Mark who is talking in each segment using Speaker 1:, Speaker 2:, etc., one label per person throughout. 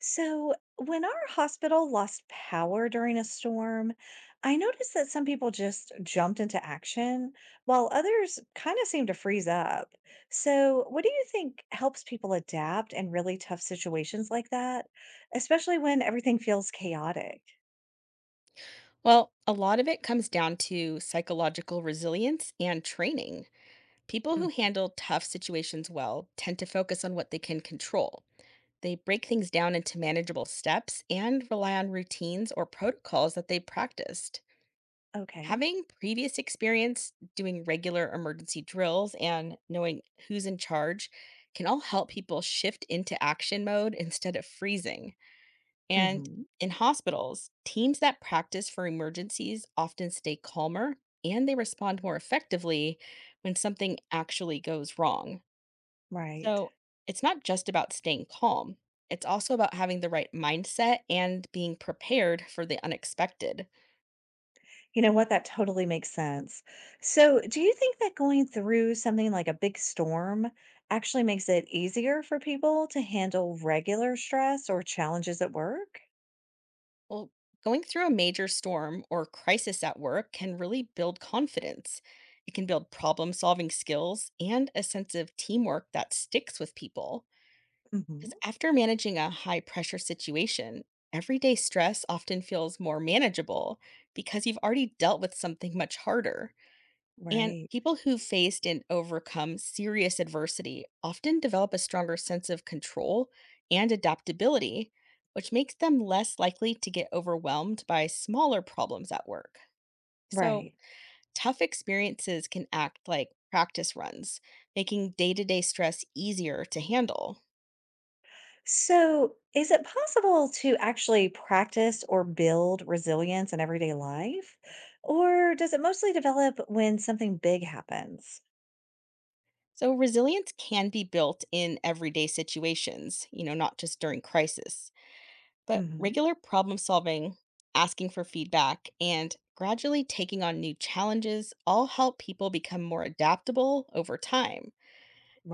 Speaker 1: So, when our hospital lost power during a storm, I noticed that some people just jumped into action while others kind of seemed to freeze up. So, what do you think helps people adapt in really tough situations like that, especially when everything feels chaotic?
Speaker 2: Well, a lot of it comes down to psychological resilience and training. People
Speaker 1: Mm.
Speaker 2: who handle tough situations well tend to focus on what they can control. They break things down into manageable steps and rely on routines or protocols that they practiced.
Speaker 1: Okay.
Speaker 2: Having previous experience doing regular emergency drills and knowing who's in charge can all help people shift into action mode instead of freezing. And
Speaker 1: Hmm.
Speaker 2: in hospitals, teams that practice for emergencies often stay calmer and they respond more effectively when something actually goes wrong.
Speaker 1: Right.
Speaker 2: So it's not just about staying calm, it's also about having the right mindset and being prepared for the unexpected.
Speaker 1: You know what? That totally makes sense. So, do you think that going through something like a big storm actually makes it easier for people to handle regular stress or challenges at work?
Speaker 2: Well, going through a major storm or crisis at work can really build confidence. It can build problem solving skills and a sense of teamwork that sticks with people.
Speaker 1: Hmm.
Speaker 2: Because after managing a high pressure situation, everyday stress often feels more manageable because you've already dealt with something much harder. And
Speaker 1: Right.
Speaker 2: people who've faced and overcome serious adversity often develop a stronger sense of control and adaptability, which makes them less likely to get overwhelmed by smaller problems at work. So,
Speaker 1: Right.
Speaker 2: tough experiences can act like practice runs, making day to day stress easier to handle.
Speaker 1: So, is it possible to actually practice or build resilience in everyday life? Or does it mostly develop when something big happens?
Speaker 2: So, resilience can be built in everyday situations, you know, not just during crisis. But
Speaker 1: Hmm.
Speaker 2: regular problem solving, asking for feedback, and gradually taking on new challenges all help people become more adaptable over time.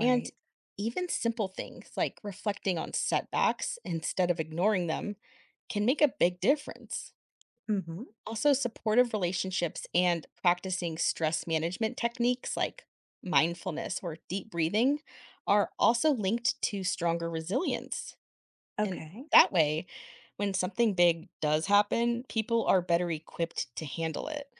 Speaker 2: And even simple things like reflecting on setbacks instead of ignoring them can make a big difference.
Speaker 1: Hmm.
Speaker 2: Also, supportive relationships and practicing stress management techniques like mindfulness or deep breathing are also linked to stronger resilience. And
Speaker 1: Okay.
Speaker 2: that way, when something big does happen, people are better equipped to handle it.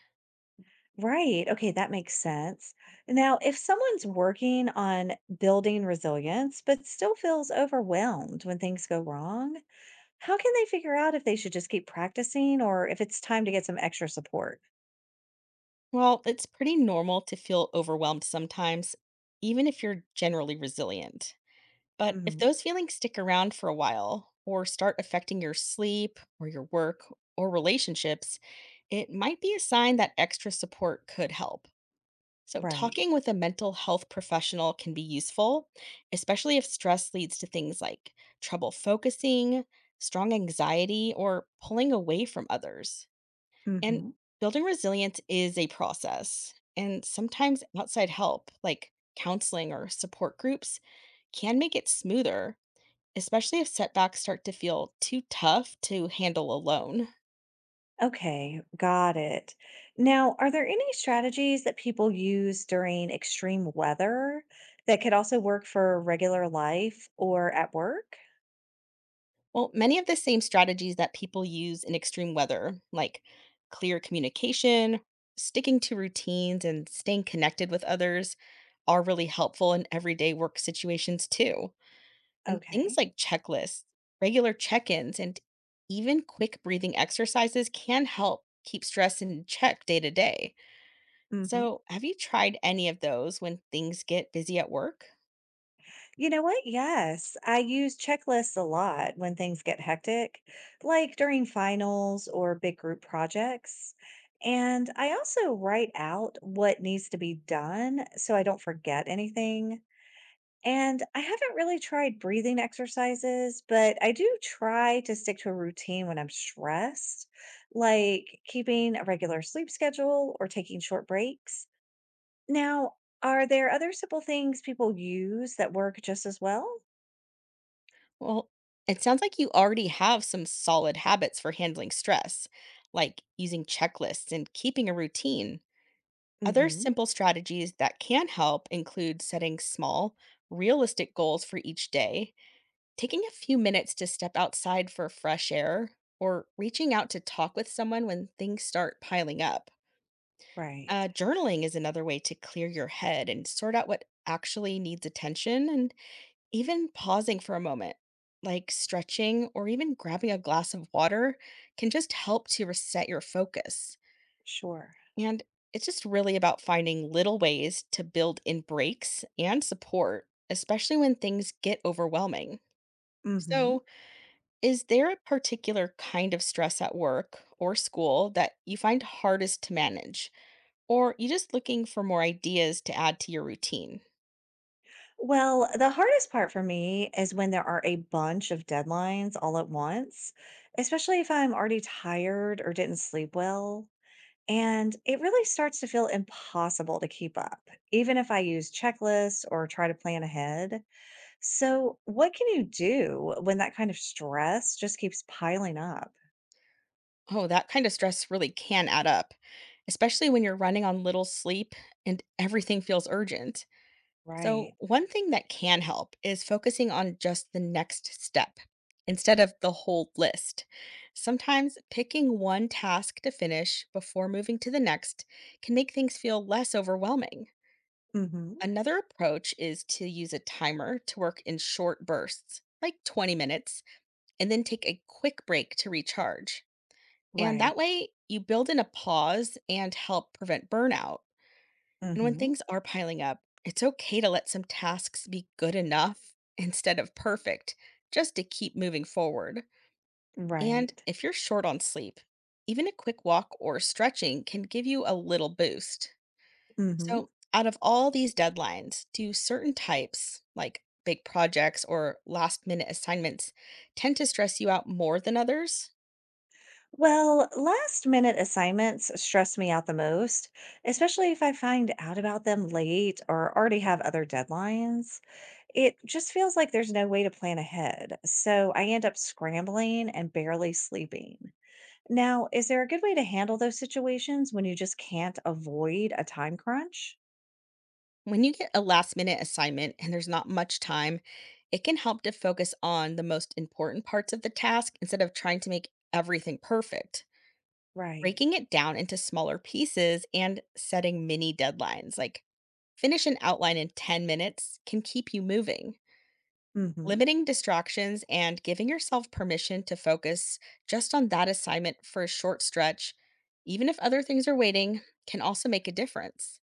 Speaker 1: Right. Okay, that makes sense. Now, if someone's working on building resilience but still feels overwhelmed when things go wrong, how can they figure out if they should just keep practicing or if it's time to get some extra support?
Speaker 2: Well, it's pretty normal to feel overwhelmed sometimes, even if you're generally resilient. But if
Speaker 1: Hmm.
Speaker 2: those feelings stick around for a while or start affecting your sleep or your work or relationships, it might be a sign that extra support could help. So,
Speaker 1: Right.
Speaker 2: talking with a mental health professional can be useful, especially if stress leads to things like trouble focusing, strong anxiety, or pulling away from others. And
Speaker 1: Hmm.
Speaker 2: building resilience is a process, and sometimes outside help, like counseling or support groups, can make it smoother especially if setbacks start to feel too tough to handle alone.
Speaker 1: Okay, got it. Now, are there any strategies that people use during extreme weather that could also work for regular life or at work?
Speaker 2: Well, many of the same strategies that people use in extreme weather, like clear communication, sticking to routines, and staying connected with others, are really helpful in everyday work situations too. And things
Speaker 1: Okay.
Speaker 2: like checklists, regular check ins, and even quick breathing exercises can help keep stress in check day to day.
Speaker 1: Mm-hmm.
Speaker 2: So, have you tried any of those when things get busy at work?
Speaker 1: You know what? Yes. I use checklists a lot when things get hectic, like during finals or big group projects. And I also write out what needs to be done so I don't forget anything. And I haven't really tried breathing exercises, but I do try to stick to a routine when I'm stressed, like keeping a regular sleep schedule or taking short breaks. Now, are there other simple things people use that work just as well?
Speaker 2: Well, it sounds like you already have some solid habits for handling stress, like using checklists and keeping a routine. Other
Speaker 1: Hmm.
Speaker 2: simple strategies that can help include setting small, realistic goals for each day. Taking a few minutes to step outside for fresh air or reaching out to talk with someone when things start piling up.
Speaker 1: Right.
Speaker 2: Journaling is another way to clear your head and sort out what actually needs attention, and even pausing for a moment, like stretching or even grabbing a glass of water, can just help to reset your focus.
Speaker 1: Sure.
Speaker 2: And it's just really about finding little ways to build in breaks and support, especially when things get overwhelming.
Speaker 1: Hmm.
Speaker 2: So, is there a particular kind of stress at work or school that you find hardest to manage? Or you just looking for more ideas to add to your routine?
Speaker 1: Well, the hardest part for me is when there are a bunch of deadlines all at once, especially if I'm already tired or didn't sleep well. And it really starts to feel impossible to keep up, even if I use checklists or try to plan ahead. So, what can you do when that kind of stress just keeps piling up?
Speaker 2: Oh, that kind of stress really can add up, especially when you're running on little sleep and everything feels urgent. So,
Speaker 1: Right.
Speaker 2: one thing that can help is focusing on just the next step instead of the whole list. Sometimes picking one task to finish before moving to the next can make things feel less overwhelming.
Speaker 1: Hmm.
Speaker 2: Another approach is to use a timer to work in short bursts, like 20 minutes, and then take a quick break to recharge. And that
Speaker 1: Right.
Speaker 2: way, you build in a pause and help prevent burnout. And when
Speaker 1: Hmm.
Speaker 2: things are piling up, it's okay to let some tasks be good enough instead of perfect, just to keep moving forward. And
Speaker 1: Right.
Speaker 2: if you're short on sleep, even a quick walk or stretching can give you a little boost.
Speaker 1: Hmm.
Speaker 2: So, out of all these deadlines, do certain types, like big projects or last minute assignments, tend to stress you out more than others?
Speaker 1: Well, last minute assignments stress me out the most, especially if I find out about them late or already have other deadlines. It just feels like there's no way to plan ahead. So I end up scrambling and barely sleeping. Now, is there a good way to handle those situations when you just can't avoid a time crunch?
Speaker 2: When you get a last minute assignment and there's not much time, it can help to focus on the most important parts of the task instead of trying to make everything perfect.
Speaker 1: Right.
Speaker 2: Breaking it down into smaller pieces and setting mini deadlines, like finish an outline in 10 minutes, can keep you moving.
Speaker 1: Hmm.
Speaker 2: Limiting distractions and giving yourself permission to focus just on that assignment for a short stretch, even if other things are waiting, can also make a difference.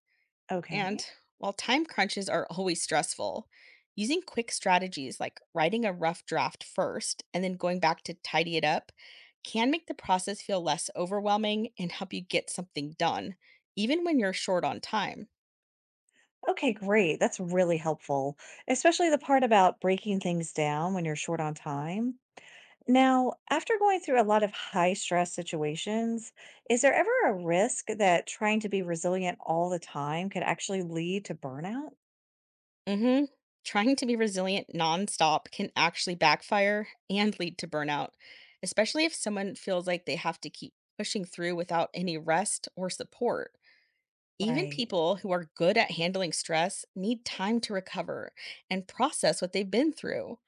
Speaker 1: Okay.
Speaker 2: And while time crunches are always stressful, using quick strategies like writing a rough draft first and then going back to tidy it up can make the process feel less overwhelming and help you get something done, even when you're short on time.
Speaker 1: Okay, great. That's really helpful, especially the part about breaking things down when you're short on time. Now, after going through a lot of high stress situations, is there ever a risk that trying to be resilient all the time could actually lead to burnout?
Speaker 2: Hmm. Trying to be resilient nonstop can actually backfire and lead to burnout, especially if someone feels like they have to keep pushing through without any rest or support. Even
Speaker 1: Right.
Speaker 2: people who are good at handling stress need time to recover and process what they've been through.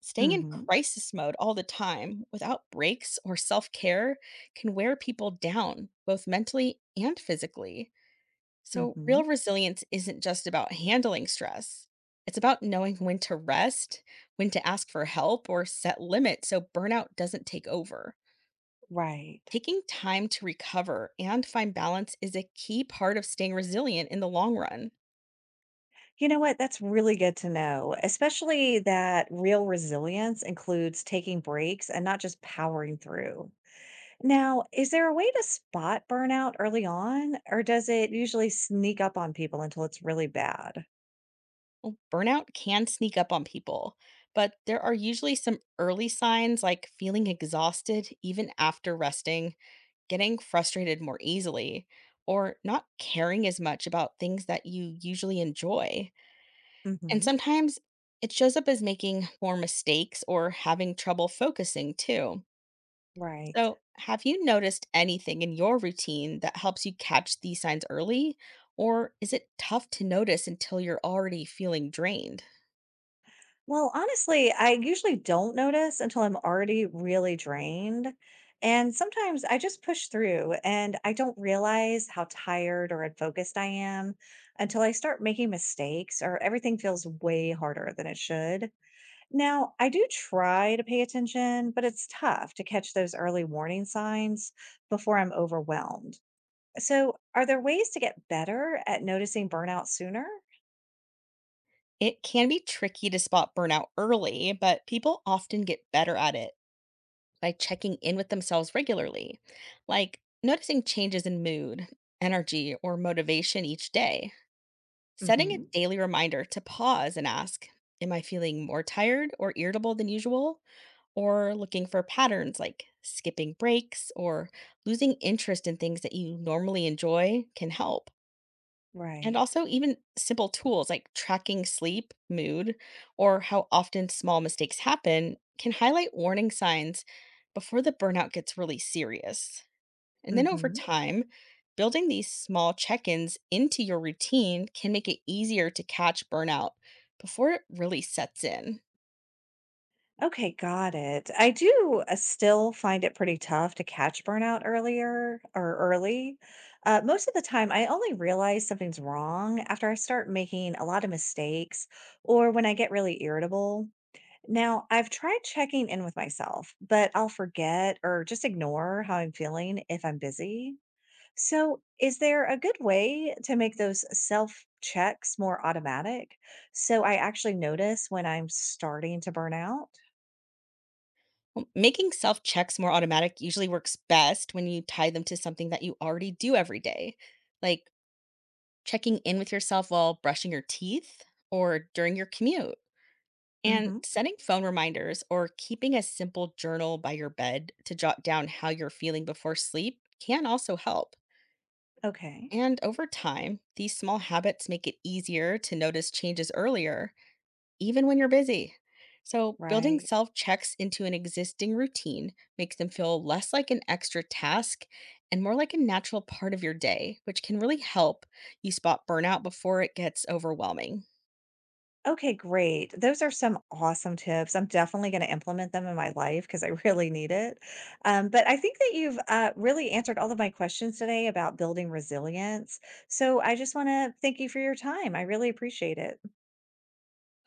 Speaker 2: Staying in
Speaker 1: Mm-hmm.
Speaker 2: crisis mode all the time without breaks or self care can wear people down, both mentally and physically. So,
Speaker 1: Mm-hmm.
Speaker 2: real resilience isn't just about handling stress. It's about knowing when to rest, when to ask for help, or set limits so burnout doesn't take over.
Speaker 1: Right.
Speaker 2: Taking time to recover and find balance is a key part of staying resilient in the long run.
Speaker 1: You know what? That's really good to know, especially that real resilience includes taking breaks and not just powering through. Now, is there a way to spot burnout early on, or does it usually sneak up on people until it's really bad?
Speaker 2: Well, burnout can sneak up on people, but there are usually some early signs like feeling exhausted even after resting, getting frustrated more easily, or not caring as much about things that you usually enjoy. And
Speaker 1: Hmm.
Speaker 2: sometimes it shows up as making more mistakes or having trouble focusing too.
Speaker 1: Right.
Speaker 2: So, have you noticed anything in your routine that helps you catch these signs early? Or is it tough to notice until you're already feeling drained?
Speaker 1: Well, honestly, I usually don't notice until I'm already really drained. And sometimes I just push through and I don't realize how tired or unfocused I am until I start making mistakes or everything feels way harder than it should. Now, I do try to pay attention, but it's tough to catch those early warning signs before I'm overwhelmed. So, are there ways to get better at noticing burnout sooner?
Speaker 2: It can be tricky to spot burnout early, but people often get better at it by checking in with themselves regularly, like noticing changes in mood, energy, or motivation each day. Setting a
Speaker 1: Hmm.
Speaker 2: daily reminder to pause and ask, am I feeling more tired or irritable than usual? Or looking for patterns like skipping breaks or losing interest in things that you normally enjoy can help. And
Speaker 1: Right.
Speaker 2: also, even simple tools like tracking sleep, mood, or how often small mistakes happen can highlight warning signs before the burnout gets really serious. And then over
Speaker 1: Hmm.
Speaker 2: time, building these small check ins into your routine can make it easier to catch burnout before it really sets in.
Speaker 1: Okay, got it. I do still find it pretty tough to catch burnout earlier or early. Most of the time, I only realize something's wrong after I start making a lot of mistakes or when I get really irritable. Now, I've tried checking in with myself, but I'll forget or just ignore how I'm feeling if I'm busy. So, is there a good way to make those self checks more automatic so I actually notice when I'm starting to burn out?
Speaker 2: Well, making self checks more automatic usually works best when you tie them to something that you already do every day, like checking in with yourself while brushing your teeth or during your commute, and
Speaker 1: Mm-hmm.
Speaker 2: setting phone reminders or keeping a simple journal by your bed to jot down how you're feeling before sleep can also help.
Speaker 1: Okay.
Speaker 2: And over time, these small habits make it easier to notice changes earlier even when you're busy. So, building
Speaker 1: Right.
Speaker 2: self checks into an existing routine makes them feel less like an extra task and more like a natural part of your day, which can really help you spot burnout before it gets overwhelming.
Speaker 1: Okay, great. Those are some awesome tips. I'm definitely going to implement them in my life because I really need it. But I think that you've really answered all of my questions today about building resilience. So I just want to thank you for your time. I really appreciate it.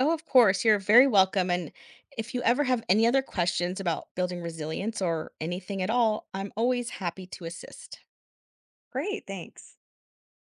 Speaker 2: Oh, of course, you're very welcome. And if you ever have any other questions about building resilience or anything at all, I'm always happy to assist.
Speaker 1: Great. Thanks.